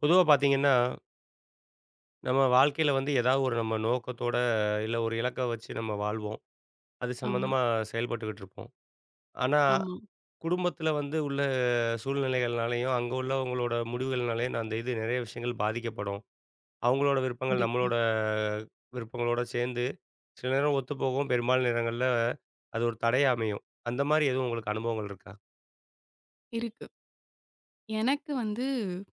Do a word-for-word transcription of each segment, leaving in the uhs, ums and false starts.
பொதுவா பார்த்தீங்கன்னா, நம்ம வாழ்க்கையில வந்து ஏதாவது ஒரு நம்ம நோக்கத்தோட, இல்ல ஒரு இலக்க வச்சு நம்ம வாழ்வோம். அது ஆமா, சம்மந்தமா செயல்பட்டுக்கிட்டு இருப்போம். ஆனா, ஆமா. குடும்பத்தில வந்து உள்ள சூழ்நிலைகள்னாலயும், அங்க உள்ளவங்களோட முடிவுகள்னாலயும் அந்த இது நெறைய விஷயங்கள் பாதிக்கப்படும். அவங்களோட விருப்பங்கள் கண்டிப்பா. நம்மளோட விருப்பங்களோட சேர்ந்து, சில நேரம் ஒத்துப்போகும். பெரும்பாலான நேரங்கள்ல அது ஒரு தடையா அமையும். அந்த மாரி எதுவும் உங்களுக்கு அனுபவங்கள் இருக்கா? இருக்கு. எனக்கு வந்து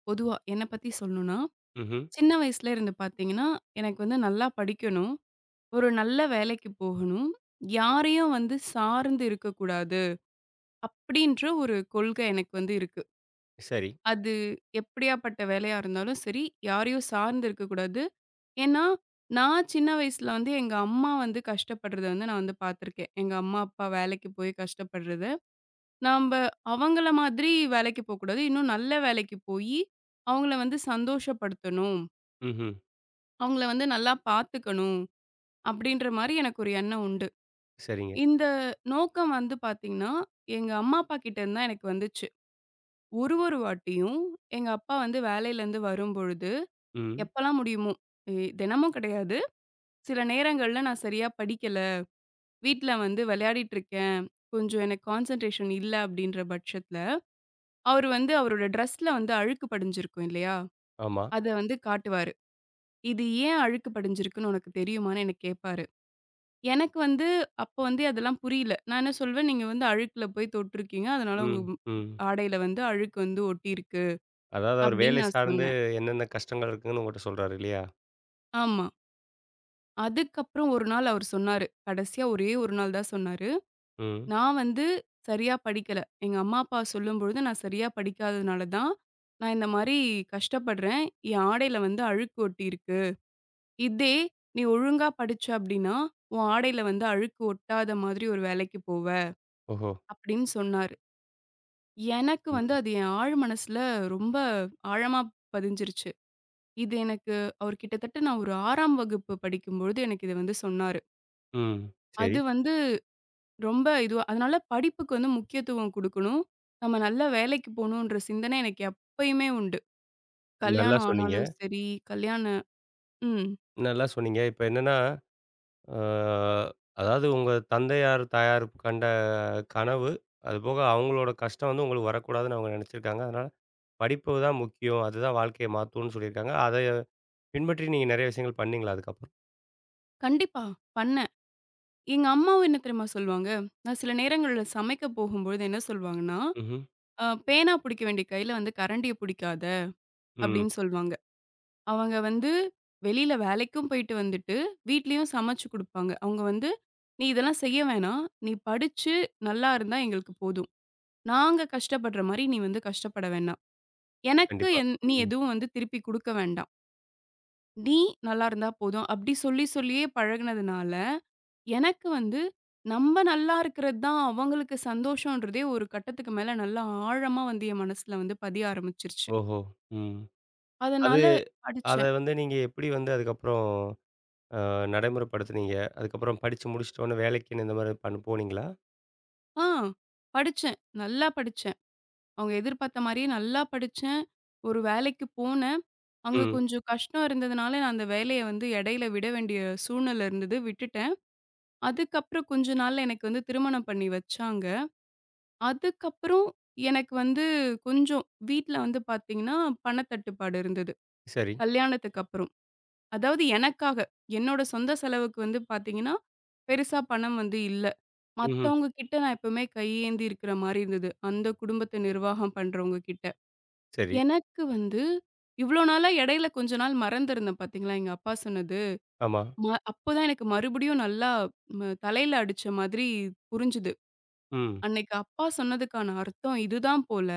பொதுவா என்ன பத்தி சொல்லணும்னா, ம்ஹ்ம். சின்ன வயசுல இருந்து பார்த்தீங்கன்னா, எனக்கு வந்து நல்லா படிக்கணும். ஒரு நல்ல வேலைக்கு போகணும். யாரையும் வந்து சார்ந்து இருக்கக்கூடாது. அப்படின்ற ஒரு கொள்கை எனக்கு வந்து இருக்கு. சரி. அது எப்படியாப்பட்ட வேலையா இருந்தாலும் சரி, யாரையும் சார்ந்து இருக்கக்கூடாது. ஏன்னா, நான் சின்ன வயசுல வந்து எங்க அம்மா வந்து கஷ்டப்படுறத வந்து நான் வந்து பார்த்துருக்கேன். எங்க அம்மா, அப்பா வேலைக்கு போய் கஷ்டப்படுறத. நம்ப அவங்கள மாதிரி வேலைக்கு போக்கூடாது. இன்னும் நல்ல வேலைக்கு போயி, அவங்கள வந்து சந்தோஷப்படுத்தணும். ம்ஹ்ம். அவங்கள வந்து நல்லா பார்த்துக்கணும். அப்படின்ற மாரி எனக்கு ஒரு எண்ணம் உண்டு. சரிங்க. இந்த நோக்கம் வந்து பார்த்தீங்கன்னா, எங்க அம்மா, அப்பா கிட்டேருந்து தான் எனக்கு வந்துச்சு. ஒரு ஒரு வாட்டியும் எங்க அப்பா வந்து வேலையிலேருந்து வரும்பொழுது, ம். எப்பலாம் முடியுமோ எ தினமும் கிடையாது. சில நேரங்கள்ல நான் சரியா படிக்கல, வீட்ல வந்து விளையாடிட்டுருக்கேன், கொஞ்சம் எனக்கு கான்சன்ட்ரேஷன் இல்ல அப்படின்ற பட்சத்தில, அவரு வந்து அவரோட ட்ரெஸ்ல வந்து அழுக்கு படிஞ்சிருக்கும் இல்லையா? ஆமா. அத வந்து காட்டுவாரு. "இது ஏன் அழுக்கு படிஞ்சிருக்குன்னு உனக்கு தெரியுமான்னு?" என்ன கேட்பாரு. எனக்கு வந்து அப்ப வந்து அதெல்லாம் புரியல. நான் என்ன சொல்வேன், "நீங்க வந்து அழுக்குல போய் தொட்டுருக்கீங்க. அதனால உங்க ம். ம் ம். ஆடையில வந்து அழுக்கு வந்து ஒட்டியிருக்கு." அதாவது அவர் அப்படின்னு வேலை நான் சார்ந்து சொன்னேன். என்னென்ன கஷ்டங்கள் இருக்குன்னு உங்கட்ட சொல்றாரு இல்லையா? ஆமா. அதுக்கப்புறம் ஒரு நாள் அவரு சொன்னாரு. கடைசியா ஒரே ஒரு நாள் தான் சொன்னாரு. ம். "நான் வந்து சரியா படிக்கல. எங்க அம்மா, அப்பா சொல்லும்பொழுது நான் சரியா படிக்காததுனால தான், நான் இந்த மாரி கஷ்டப்படுறேன். என் ஆடையில வந்து அழுக்கு ஒட்டியிருக்கு." இதே நீ ஒழுங்கா படிச்ச அப்டின்னா, உன் ஆடையில வந்து அழுக்கு ஒட்டாத மாதிரி ஒரு வேலைக்கு போவ, ஓஹோ! அப்டின்னு சொன்னாரு. எனக்கு வந்து ம். அது என் ஆழ் மனசுல ரொம்ப ஆழமா பதிஞ்சிருச்சு. இது எனக்கு அவர் கிட்டத்தட்ட நான் ஒரு ஆறாம் வகுப்பு படிக்கும்பொழுது எனக்கு இத வந்து சொன்னாரு. ம். சரி. அது வந்து ரொம்ப இதுவா அதனால படிப்புக்கு வந்து முக்கியத்துவம் குடுக்கணும். நம்ம நல்ல வேலைக்கு போணுன்ற சிந்தனை எனக்கு எப்பயுமே உண்டு. நல்லா கல்யாணம் சொன்னீங்க. ஆனாலும் சரி, கல்யாண ம். நல்லா சொன்னீங்க. இப்ப என்னன்னா, அ அதாவது உங்க தந்தையார், தாயார் கண்ட கனவு, அதுபோக அவங்களோட கஷ்டம் வந்து உங்களுக்கு வரக்கூடாதுன்னு அவங்க நெனச்சிருக்காங்க. அதனால படிப்பு தான் முக்கியம். அதுதான் வாழ்க்கைய மாத்தும்ன்னு சொல்லியிருக்காங்க. அதை பின்பற்றி நீங்க நெறைய விஷயங்கள் பண்ணீங்களா அதுக்கப்புறம்? கண்டிப்பா. பண்ணேன். எங்க அம்மாவும் என்ன தெரியுமா சொல்லுவாங்க? நான் சில நேரங்கள்ல சமைக்க போகும்பொழுது என்ன சொல்லுவாங்கன்னா, ம்ஹ்ம். அ "பேனா புடிக்க வேண்டிய கையில வந்து கரண்டிய புடிக்காத" ம். அப்படின்னு சொல்லுவாங்க. அவங்க வந்து வெளியில வேலைக்கும் போயிட்டு வந்துட்டு, வீட்லயும் சமைச்சு குடுப்பாங்க. அவங்க வந்து, "நீ இதெல்லாம் செய்ய வேணாம். நீ படிச்சு நல்லா இருந்தா எங்களுக்கு போதும். நாங்க கஷ்டப்படுற மாரி நீ வந்து கஷ்டப்பட வேண்டாம். எனக்கு கண்டிப்பா. என் நீ ம். எதுவும் வந்து திருப்பி குடுக்க வேண்டாம். நீ நல்லா இருந்தா போதும்." அப்படி சொல்லி சொல்லியே பழகுனதுனால எனக்கு வந்து, நம்ம நல்லா இருக்கிறது தான் அவங்களுக்கு சந்தோஷன்றதே ஒரு கட்டத்துக்கு மேல நல்லா ஆழமா வந்து என் மனசுல வந்து பதிய ஆரம்பிச்சுருச்சு. ஓஹோ! ம். அது அதனால அத படிச்சேன். வந்து நீங்க எப்படி வந்து அதுக்கப்புறம் அ நடைமுறைப்படுத்துனீங்க. அதுக்கப்புறம் படிச்சு முடிச்சுட்டோனே வேலைக்குன்னு இந்த மாரி பண் போனீங்களா? ஆ படிச்சேன். நல்லா படிச்சேன். அவங்க எதிர்பார்த்த மாரியே நல்லா படிச்சேன். ஒரு வேலைக்கு போனேன். அங்க ம். கொஞ்சம் கஷ்டம் இருந்ததுனால, நான் அந்த வேலைய வந்து இடையில விட வேண்டிய சூழ்நிலை இருந்தது. விட்டுட்டேன். அதுக்கப்புறம் கொஞ்ச நாள்ல எனக்கு வந்து திருமணம் பண்ணி வச்சாங்க. அதுக்கப்புறம் எனக்கு வந்து கொஞ்சம் வீட்ல வந்து பார்த்தீங்கன்னா, பணத்தட்டுப்பாடு இருந்தது. சரி. கல்யாணத்துக்கு அப்புறம். அதாவது எனக்காக, என்னோட சொந்த செலவுக்கு வந்து பார்த்தீங்கன்னா, பெருசா பணம் வந்து இல்ல. ம்ஹ்ம். மத்தவங்க கிட்ட நான் எப்பவுமே கையேந்தி இருக்கிற மாரி இருந்தது. அந்த குடும்பத்த நிர்வாகம் பண்றவங்க கிட்ட. சரி. எனக்கு வந்து இவ்ளோ நாளா இடையில கொஞ்ச நாள் மறந்திருந்தேன் பார்த்தீங்களா, எங்க அப்பா சொன்னது. ஆமா. ம அப்பதான் எனக்கு மறுபடியும் நல்லா ம தலையில அடிச்ச மாதிரி புரிஞ்சுது. ம். அன்னைக்கு அப்பா சொன்னதுக்கான அர்த்தம் இதுதான் போல.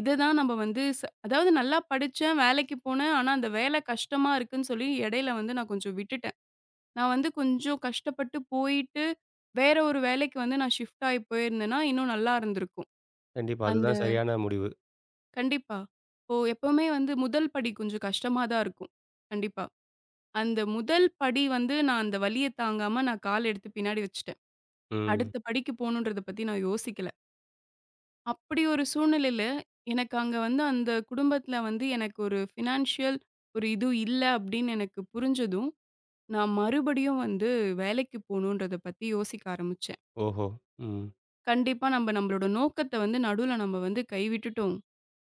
இதுதான் நம்ம வந்து ச அதாவது நல்லா படிச்சேன், வேலைக்கு போனேன். ஆனா, அந்த வேலை கஷ்டமா இருக்குன்னு சொல்லி இடையில வந்து நான் கொஞ்சம் விட்டுட்டேன். நான் வந்து கொஞ்சம் கஷ்டப்பட்டு போயிட்டு, வேற ஒரு வேலைக்கு வந்து நான் ஷிஃப்ட் ஆயி போயிருந்தேன்னா, இன்னும் நல்லா இருந்திருக்கும். கண்டிப்பா. அந்த அதுதான் சரியான முடிவு. கண்டிப்பா. இப்போ எப்பவுமே வந்து முதல் படி கொஞ்சம் கஷ்டமா தான் இருக்கும். கண்டிப்பா. அந்த முதல் படி வந்து நான் அந்த வலிய தாங்காம நான் கால் எடுத்து பின்னாடி வச்சுட்டேன். ம். அடுத்த படிக்கு போணுன்றத பத்தி நான் யோசிக்கல. அப்படி ஒரு சூழ்நிலையில, எனக்கு அங்க வந்து அந்த குடும்பத்தில வந்து எனக்கு ஒரு ஃபினான்ஷியல் ஒரு இது இல்ல அப்படின்னு எனக்கு புரிஞ்சதும், நான் மறுபடியும் வந்து வேலைக்கு போணுன்றத பத்தி யோசிக்க ஆரம்பிச்சேன். ஓஹோ! ம். கண்டிப்பா நம்ப நம்மளோட நோக்கத்த வந்து நடுவுல நம்ம வந்து கைவிட்டுட்டோம்.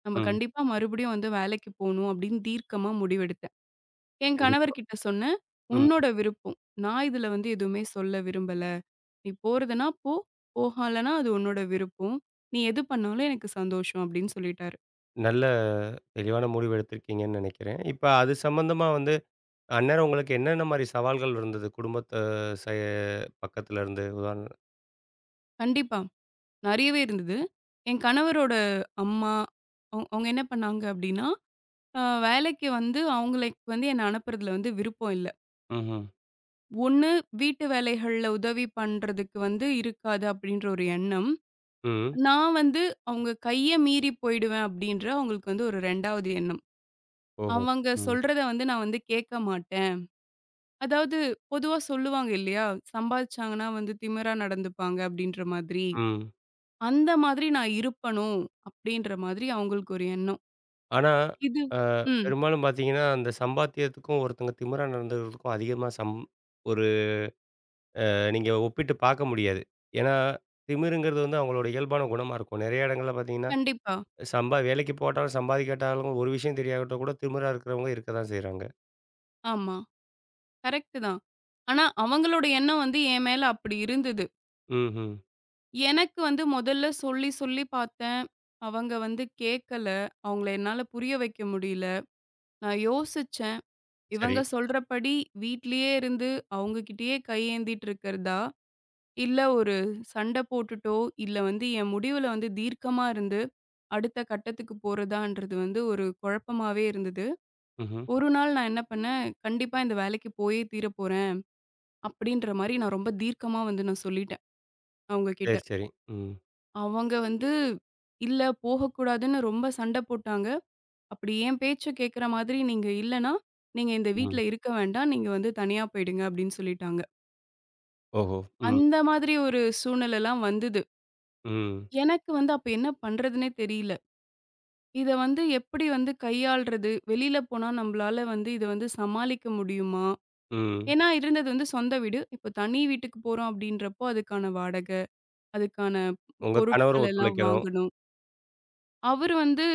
நம்ம ம். கண்டிப்பா மறுபடியும் வந்து வேலைக்கு போணும் அப்படின்னு தீர்க்கமா முடிவெடுத்தேன். என் கண்டிப்பா. கணவர் கிட்ட சொன்னேன். ம். "உன்னோட விருப்பம். நான் இதுல வந்து எதுவுமே சொல்ல விரும்பல. நீ போறதுன்னா போ, போகலன்னா அது உன்னோட விருப்பம். நீ எது பண்ணாலும் எனக்கு சந்தோஷம்" அப்படின்னு சொல்லிட்டாரு. நல்ல தெளிவான முடிவு எடுத்திருக்கீங்கன்னு நெனைக்கிறேன். இப்ப அது சம்மந்தமா வந்து அந்நேரம் உங்களுக்கு என்னென்ன மாரி சவால்கள் இருந்தது? குடும்பத்த செ பக்கத்துல இருந்து உதாரண கண்டிப்பா. நிறையவே இருந்தது. என் கணவரோட அம்மா, அவ் அவங்க என்ன பண்ணாங்க அப்டின்னா, அ வேலைக்கு வந்து அவங்களுக்கு வந்து என்ன அனுப்புறதுல வந்து விருப்பம் இல்ல. ம்ஹ்ம். ஒண்ணு வீட்டு வேலைகள்ல உதவி பண்றதுக்கு வந்து இருக்காது அப்டின்ற ஒரு எண்ணம். ம். நான் வந்து அவங்க கைய மீறி போயிடுவேன் அப்டின்ற அவங்களுக்கு வந்து ஒரு இரண்டாவது எண்ணம். ஓஹோ! அவங்க ம். சொல்றத வந்து நான் வந்து கேட்க மாட்டேன். அதாவது பொதுவா சொல்லுவாங்க இல்லையா? சம்பாதிச்சாங்கன்னா வந்து திமிரா நடந்துப்பாங்க அப்டின்ற மாதிரி. ம். அந்த மாதிரி நான் இருப்பணும் அப்டின்ற மாதிரி அவங்களுக்கு ஒரு எண்ணம். ஆனா, இது அ ம். பெரும்பாலும் பார்த்தீங்கன்னா, அந்த சம்பாத்தியத்துக்கும் ஒருத்தங்க திமிரா நடந்துக்கிறதுக்கும் அதிகமா சம் ஒரு நீங்க ஒப்பிட்டு பார்க்க முடியாது. ஏன்னா, திமிருங்கிறது வந்து அவங்களோட இயல்பான குணமா இருக்கும். நெறைய இடங்கள்ல பார்த்தீங்கன்னா, கண்டிப்பா. சம்பா வேலைக்கு போட்டாலும், சம்பாதிக்காட்டாலும் ஒரு விஷயம் தெரியாவிட்டா கூட திமிரா இருக்கிறவங்க இருக்க தான் செய்றாங்க. ஆமா. கரெக்ட்டு தான். ஆனா, அவங்களோட எண்ணம் வந்து என் மேல அப்படி இருந்தது. ம்ஹ்ம். எனக்கு வந்து முதல்ல சொல்லி, சொல்லி பார்த்தேன். அவங்க வந்து கேட்கல. அவங்கள என்னால புரிய வைக்க முடியல. நான் யோசிச்சேன். சரி. இவங்க சொல்றபடி வீட்லயே இருந்து அவங்க கிட்டயே கையேந்திட்டு இருக்கிறதா? இல்ல ஒரு சண்ட போட்டுட்டோ, இல்ல வந்து என் முடிவுல வந்து தீர்க்கமா இருந்து, அடுத்த கட்டத்துக்கு போறதான்றது வந்து ஒரு குழப்பமாவே இருந்தது. ம்ஹ்ம். ஒரு நாள் நான் என்ன பண்ணேன், கண்டிப்பா இந்த வேலைக்கு போயே தீரப்போறேன் அப்படின்ற மாரி நான் ரொம்ப தீர்க்கமா வந்து நான் சொல்லிட்டேன் அவங்ககிட்ட. சரி, சரி. ம். அவங்க வந்து, "இல்ல போகக்கூடாதுன்னு" ரொம்ப சண்ட போட்டாங்க. "அப்படி என் பேச்ச கேட்கிற மாதிரி நீங்க இல்லன்னா, நீங்க இந்த ம். வீட்ல இருக்க வேண்டாம். நீங்க வந்து தனியா போயிடுங்க" அப்படின்னு சொல்லிட்டாங்க. ஓஹோ! ம். அந்த மாதிரி ஒரு சூழ்நிலைலாம் வந்தது. ம். எனக்கு வந்து அப்ப என்ன பண்றதுன்னே தெரியல. இத வந்து எப்படி வந்து கையாள்றது? வெளியில போனா நம்பளால வந்து இத வந்து சமாளிக்க முடியுமா? ம். ஏன்னா இருந்தது வந்து சொந்த வீடு. இப்போ தனி வீட்டுக்கு போறோம் அப்படின்றப்போ அதுக்கான வாடக. அதுக்கான உங்க கணவரும் பொருட்கள் எல்லாம் ஒத்துழைக்கணும். வாங்கணும். அவரு வந்து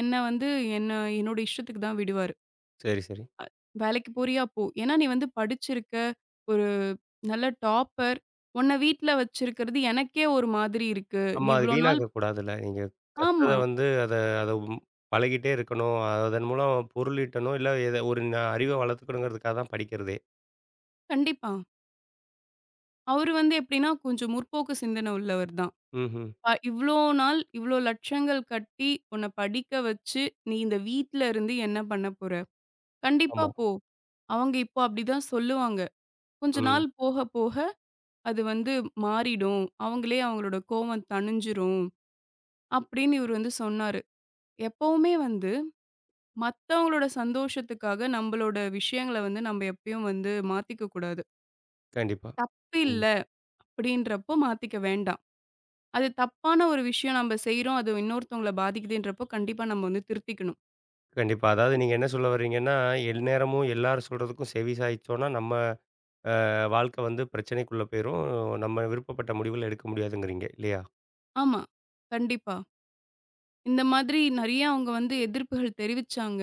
என்ன வந்து என்ன என்னோட இஷ்டத்துக்கு தான் விடுவாரு. சரி, சரி. "வேலைக்கு போறியா? போ. ஏன்னா நீ வந்து படிச்சிருக்க, ஒரு நல்ல டாப்பர். உன்ன வீட்ல வச்சிருக்கிறது எனக்கே ஒரு மாதிரி இருக்கு. நீ ஆமா. அது இவ்ளோ நாள்" வீணாக்க கூடாதுல்ல. நீங்க கற்றத ஆமா, வந்து அத அத ம் பழகிட்டே இருக்கணும். அதன் மூலம் பொருளீட்டணும். இல்ல எத ஒரு ந அறிவ வளர்த்துக்கணுங்கிறதுக்காக தான் படிக்கிறதே. கண்டிப்பா. அவரு வந்து எப்படின்னா கொஞ்சம் முற்போக்கு சிந்தனை உள்ளவர் தான். ம்ஹ்ம். அ "இவ்ளோ நாள் இவ்ளோ லட்சங்கள் கட்டி உன்ன படிக்க வச்சு, நீ இந்த வீட்ல இருந்து என்ன பண்ண போற? கண்டிப்பா ஆமா. போ. அவங்க இப்போ அப்படிதான் சொல்லுவாங்க. கொஞ்ச ம். நாள் போக போக அது வந்து மாறிடும். அவங்களே அவங்களோட கோவம் தணிஞ்சிரும். அப்படின்னு இவரு வந்து சொன்னாரு. எப்பவுமே வந்து மத்தவங்களோட சந்தோஷத்துக்காக நம்மளோட விஷயங்கள வந்து நம்ம எப்பயும் வந்து மாத்திக்க கூடாது. கண்டிப்பா. தப்பு ம். இல்ல அப்படின்றப்போ மாத்திக்க வேண்டாம். அது தப்பான ஒரு விஷயம் நம்ம செய்றோம். அது இன்னொருத்தவங்கள பாதிக்குதுன்றப்போ கண்டிப்பா நம்ம வந்து திருத்திக்கணும். கண்டிப்பா. அதாவது நீங்க என்ன சொல்ல வர்றீங்கன்னா, எந்நேரமும் எல்லாரும் சொல்றதுக்கும் செவி சாய்ச்சோம்னா, நம்ம வாழ்க்கை வந்து பிரச்சனைக்குள்ள போயிரும். நம்ம விருப்பப்பட்ட முடிவுகள் எடுக்க முடியாதுங்கிறீங்க. இல்லையா? ஆமா. கண்டிப்பா. இந்த மாதிரி நெறைய அவங்க வந்து எதிர்ப்புகள் தெரிவிச்சாங்க.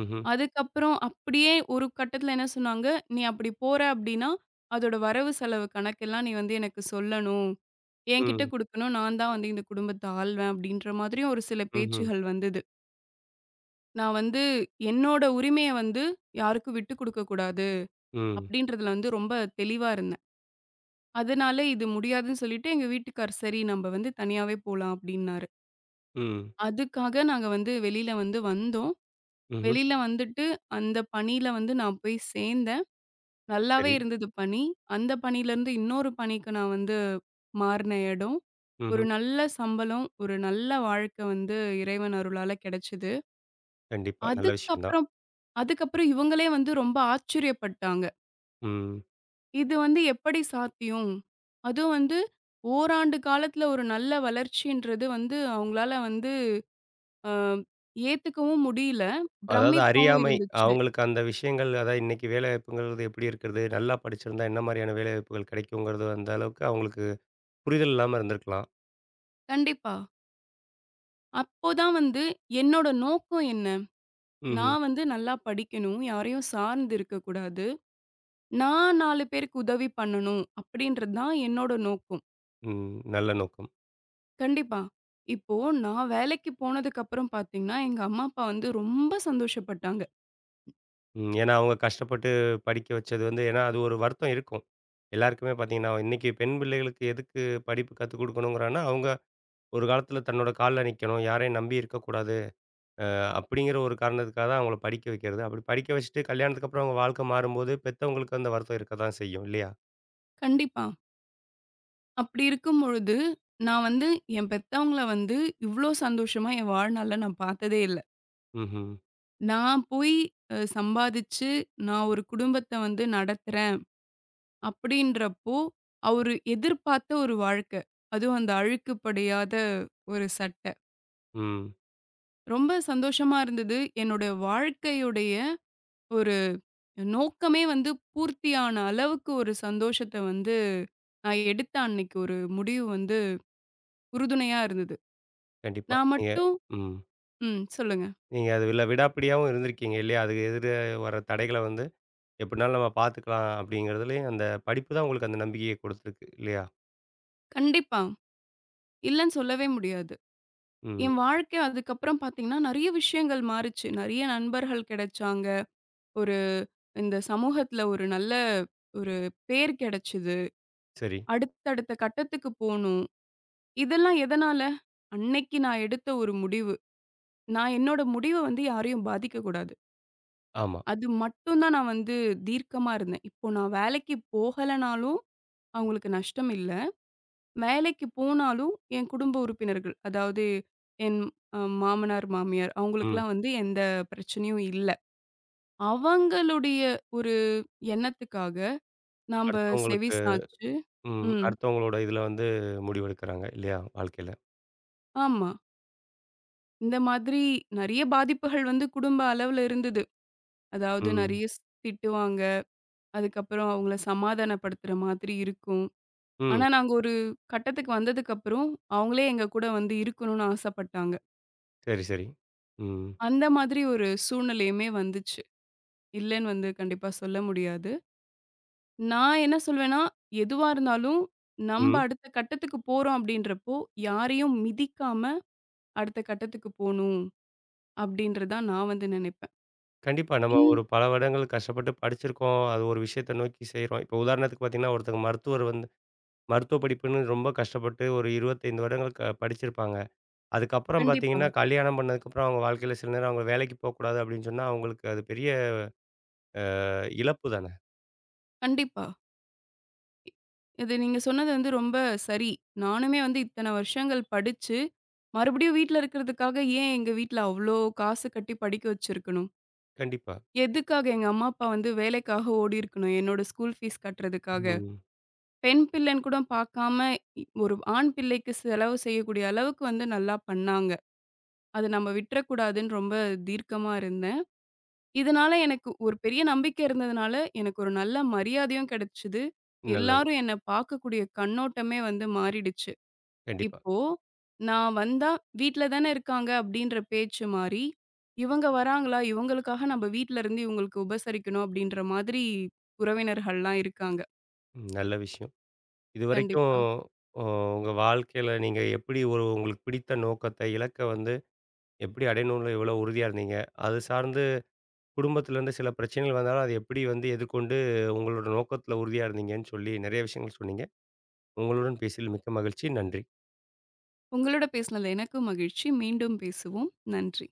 ம்ஹ்ம். அதுக்கப்புறம் அப்படியே ஒரு கட்டத்துல என்ன சொன்னாங்க, "நீ அப்படி போற அப்படின்னா, அதோட வரவு செலவு கணக்கெல்லாம் நீ வந்து எனக்கு சொல்லணும். என்கிட்ட ம். குடுக்கணும். நான் தான் வந்து இந்த குடும்பத்த ஆள்வேன்." அப்படின்ற மாதிரியும் ஒரு சில ம்ஹ்ம். பேச்சுகள் வந்தது. நான் வந்து என்னோட உரிமைய வந்து யாருக்கும் விட்டுக் குடுக்கக் கூடாது ம். அப்படின்றதுல வந்து ரொம்ப தெளிவா இருந்தேன். அதனால இது முடியாதுன்னு சொல்லிட்டு எங்க வீட்டுக்கார், "சரி நம்ம வந்து தனியாவே போலாம்." அப்படின்னாரு. ம். அதுக்காக நாங்க வந்து வெளியில வந்து வந்தோம். ம்ஹ்ம். வெளியில வந்துட்டு அந்த பணியில வந்து நான் போய் சேர்ந்தேன். நல்லாவே சரி. இருந்தது பணி. அந்த பணியிலருந்து இன்னொரு பணிக்கு நான் வந்து மாறுன இடம். ஒரு ம்ஹ்ம். நல்ல சம்பளம், ஒரு நல்ல வாழ்க்கை வந்து இறைவன் அருளால கிடைச்சது. கண்டிப்பா. நல்ல விஷயம் தான். அதுக்கப்புறம் அதுக்கப்புறம் இவங்களே வந்து ரொம்ப ஆச்சரியப்பட்டாங்க. ம். இது வந்து எப்படி சாத்தியம்? அதுவும் வந்து ஓராண்டு காலத்துல ஒரு நல்ல வளர்ச்சின்றது வந்து அவங்களால வந்து அ ஏத்துக்கவும் முடியல. அதாவது பிரமிப்பாவும் அறியாமை. இருந்துச்சு. அவங்களுக்கு அந்த விஷயங்கள் அதான் இன்னைக்கு வேலைவாய்ப்புங்கிறது எப்படி இருக்கிறது? நல்லா படிச்சிருந்தா என்ன மாரியான வேலைவாய்ப்புகள் கிடைக்குங்கிறது அந்த அளவுக்கு அவங்களுக்கு புரிதல் இல்லாம இருந்திருக்கலாம். கண்டிப்பா. அப்போதான் வந்து என்னோட நோக்கம் என்ன? ம்ஹ்ம். நான் வந்து நல்லா படிக்கணும். யாரையும் சார்ந்து இருக்கக்கூடாது. நான் நாலு பேருக்கு உதவி பண்ணணும் அப்படின்றது தான் என்னோட நோக்கம். ம். நல்ல நோக்கம். கண்டிப்பா. இப்போ நான் வேலைக்கு போனதுக்கப்புறம் பார்த்தீங்கன்னா, எங்க அம்மா, அப்பா வந்து ரொம்ப சந்தோஷப்பட்டாங்க. ம். ஏன்னா அவங்க கஷ்டப்பட்டு படிக்க வச்சது வந்து ஏன்னா அது ஒரு வருத்தம் இருக்கும். எல்லாருக்குமே பார்த்தீங்கன்னா, இன்னைக்கு பெண் பிள்ளைகளுக்கு எதுக்கு படிப்பு கத்துக் குடுக்கணுங்கிறான்னா, அவங்க ஒரு காலத்தில தன்னோட கால்ல நிக்கணும். யாரையும் நம்பி இருக்கக்கூடாது. அப்படிங்கிற ஒரு காரணத்துக்காக தான் அவங்கள படிக்க வைக்கிறது. அப்படி படிக்க வச்சுட்டு கல்யாணத்துக்கு அப்புறம் அவங்க வாழ்க்கை மாறும்போது, பெத்தவங்களுக்கு அந்த வருத்தம் இருக்க தான் செய்யும் இல்லையா? கண்டிப்பா. அப்படி இருக்கும் பொழுது, நான் வந்து என் பெத்தவங்கள வந்து இவ்ளோ சந்தோஷமா என் வாழ்நாள்ல நான் பார்த்ததே இல்ல. ம்ஹ்ம். நான் போய் அ சம்பாதிச்சு, நான் ஒரு குடும்பத்த வந்து நடத்துறேன். அப்படின்றப்போ, அவரு எதிர்பார்த்த ஒரு வாழ்க்கை. அதுவும் அந்த அழுக்கு படியாத ஒரு சட்டை. ம். ரொம்ப சந்தோஷமா இருந்தது. என்னோட வாழ்க்கையுடைய ஒரு நோக்கமே வந்து பூர்த்தியான அளவுக்கு ஒரு சந்தோஷத்த வந்து நான் எடுத்த அன்னைக்கு ஒரு முடிவு வந்து உறுதுணையா இருந்தது. கண்டிப்பா. நான் நீங்க மட்டும் ம். ம். சொல்லுங்க. நீங்க அதுல விடாப்பிடியாவும் இருந்திருக்கீங்க இல்லையா? அதுக்கு எதிர வர தடைகள வந்து, "எப்டினாலும் நம்ம பார்த்துக்கலாம்." அப்படிங்கிறதுலயும் அந்த படிப்பு தான் உங்களுக்கு அந்த நம்பிக்கைய குடுத்துருக்கு இல்லையா? கண்டிப்பா. இல்லன்னு சொல்லவே முடியாது. ம். என் வாழ்க்கை அதுக்கப்புறம் பார்த்தீங்கன்னா, நெறைய விஷயங்கள் மாறுச்சு. நெறைய நண்பர்கள் கிடைச்சாங்க. ஒரு இந்த சமூகத்துல ஒரு நல்ல ஒரு பேர் கிடைச்சது. சரி. அடுத்தடுத்த கட்டத்துக்கு போணும். இதெல்லாம் எதனால? அன்னைக்கு நான் எடுத்த ஒரு முடிவு. நான் என்னோட முடிவ வந்து யாரையும் பாதிக்கக் கூடாது. ஆமா. அது மட்டும் தான் நான் வந்து தீர்க்கமா இருந்தேன். இப்போ நான் வேலைக்கு போகலனாலும் அவங்களுக்கு நஷ்டம் இல்ல. வேலைக்கு போனாலும் என் குடும்ப உறுப்பினர்கள், அதாவது என் அ மாமனார், மாமியார் ம். அவங்களுக்கெல்லாம் வந்து எந்த பிரச்சனையும் இல்ல. அவங்களுடைய ஒரு எண்ணத்துக்காக நாம்ப செவி அடுத்தவங்களுக்கு சாய்ச்சு ம். ம். அடுத்தவங்களோட இதுல வந்து முடிவெடுக்குறாங்க இல்லையா? வாழ்க்கையில. ஆமா. இந்த மாதிரி நெறைய பாதிப்புகள் வந்து குடும்ப அளவுல இருந்தது. அதாவது ம். நெறைய ஸ் திட்டுவாங்க. அதுக்கப்புறம் அவங்கள சமாதானப்படுத்துற மாதிரி இருக்கும். ம். ஆனா, நாங்க ஒரு கட்டத்துக்கு வந்ததுக்கப்புறம், அவங்களே எங்க கூட வந்து இருக்கணும்னு ஆசைப்பட்டாங்க. சரி, சரி. ம். அந்த மாதிரி ஒரு சூழ்நிலையுமே வந்துச்சு. இல்லன்னு வந்து கண்டிப்பா சொல்ல முடியாது. நான் என்ன சொல்வேன்னா, எதுவா இருந்தாலும் நம்ப ம். அடுத்த கட்டத்துக்கு போறோம் அப்படின்றப்போ, யாரையும் மிதிக்காம அடுத்த கட்டத்துக்கு போணும், அப்படின்றது தான் நான் வந்து நெனைப்பேன். கண்டிப்பா. நம்ம இன் ஒரு பல வருடங்கள் கஷ்டப்பட்டு படிச்சிருக்கோம். அது ஒரு விஷயத்த நோக்கி செய்றோம். இப்போ உதாரணத்துக்கு பார்த்தீங்கன்னா, ஒருத்தங்க மருத்துவர் வந்து மருத்துவ படிப்புன்னு ரொம்ப கஷ்டப்பட்டு ஒரு இருபத்தி ஐந்து வருடங்கள் க படிச்சிருப்பாங்க. அதுக்கப்புறம் கண்டிப்பா. பார்த்தீங்கன்னா, கல்யாணம் பண்ணதுக்கப்புறம் அவங்க வாழ்க்கையில சில நேரம் அவங்க வேலைக்கு போக்கூடாது அப்படின்னு சொன்னா, அவங்களுக்கு அது பெரிய இழப்பு தானே! கண்டிப்பா. இ- இது நீங்க சொன்னது வந்து ரொம்ப சரி. நானுமே வந்து இத்தன வருஷங்கள் படிச்சு, மறுபடியும் வீட்ல இருக்கிறதுக்காக ஏன் எங்க வீட்ல அவ்ளோ காசு கட்டி படிக்க வச்சிருக்கணும்? கண்டிப்பா. எதுக்காக எங்க அம்மா, அப்பா வந்து வேலைக்காக ஓடியிருக்கணும்? என்னோட ஸ்கூல் ஃபீஸ் கட்டுறதுக்காக. ம். பெண் பிள்ளைன்னு கூட பார்க்காம, இ ஒரு ஆண் பிள்ளைக்கு செலவு செய்யக்கூடிய அளவுக்கு வந்து நல்லா பண்ணாங்க. அத நம்ம விட்டுறக்கூடாதுன்னு ரொம்ப தீர்க்கமா இருந்தேன். இதனால எனக்கு ஒரு பெரிய நம்பிக்கை இருந்ததுனால, எனக்கு ஒரு நல்ல மரியாதையும் கிடைச்சது. நல்லது. எல்லாரும் என்ன பார்க்கக்கூடிய கண்ணோட்டமே வந்து மாறிடுச்சு. கண்டிப்பா. இப்போ, நான் வந்தா வீட்ல தானே இருக்காங்க அப்படின்ற பேச்சு மாறி, இவங்க வராங்களா, இவங்களுக்காக நம்ம வீட்ல இருந்து இவங்களுக்கு உபசரிக்கணும் அப்படின்ற மாதிரி உறவினர்கள்லாம் இருக்காங்க. ம். நல்ல விஷயம். இதுவரைக்கும் கண்டிப்பா. ஒ உங்க வாழ்க்கையில நீங்க எப்படி ஒரு உங்களுக்கு பிடித்த நோக்கத்த, இலக்க வந்து எப்படி அடையணும்னு எவ்வளோ உறுதியா இருந்தீங்க? அது சார்ந்து குடும்பத்திலேருந்து சில பிரச்சனைகள் வந்தாலும், அதை எப்படி வந்து எதிர்கொண்டு உங்களோட நோக்கத்தில உறுதியா இருந்தீங்கன்னு சொல்லி, நிறைய விஷயங்கள் சொன்னீங்க. உங்களுடன் பேசியதில் மிக்க மகிழ்ச்சி. நன்றி. உங்களோட பேசினதுல எனக்கும் மகிழ்ச்சி. மீண்டும் பேசுவோம். நன்றி.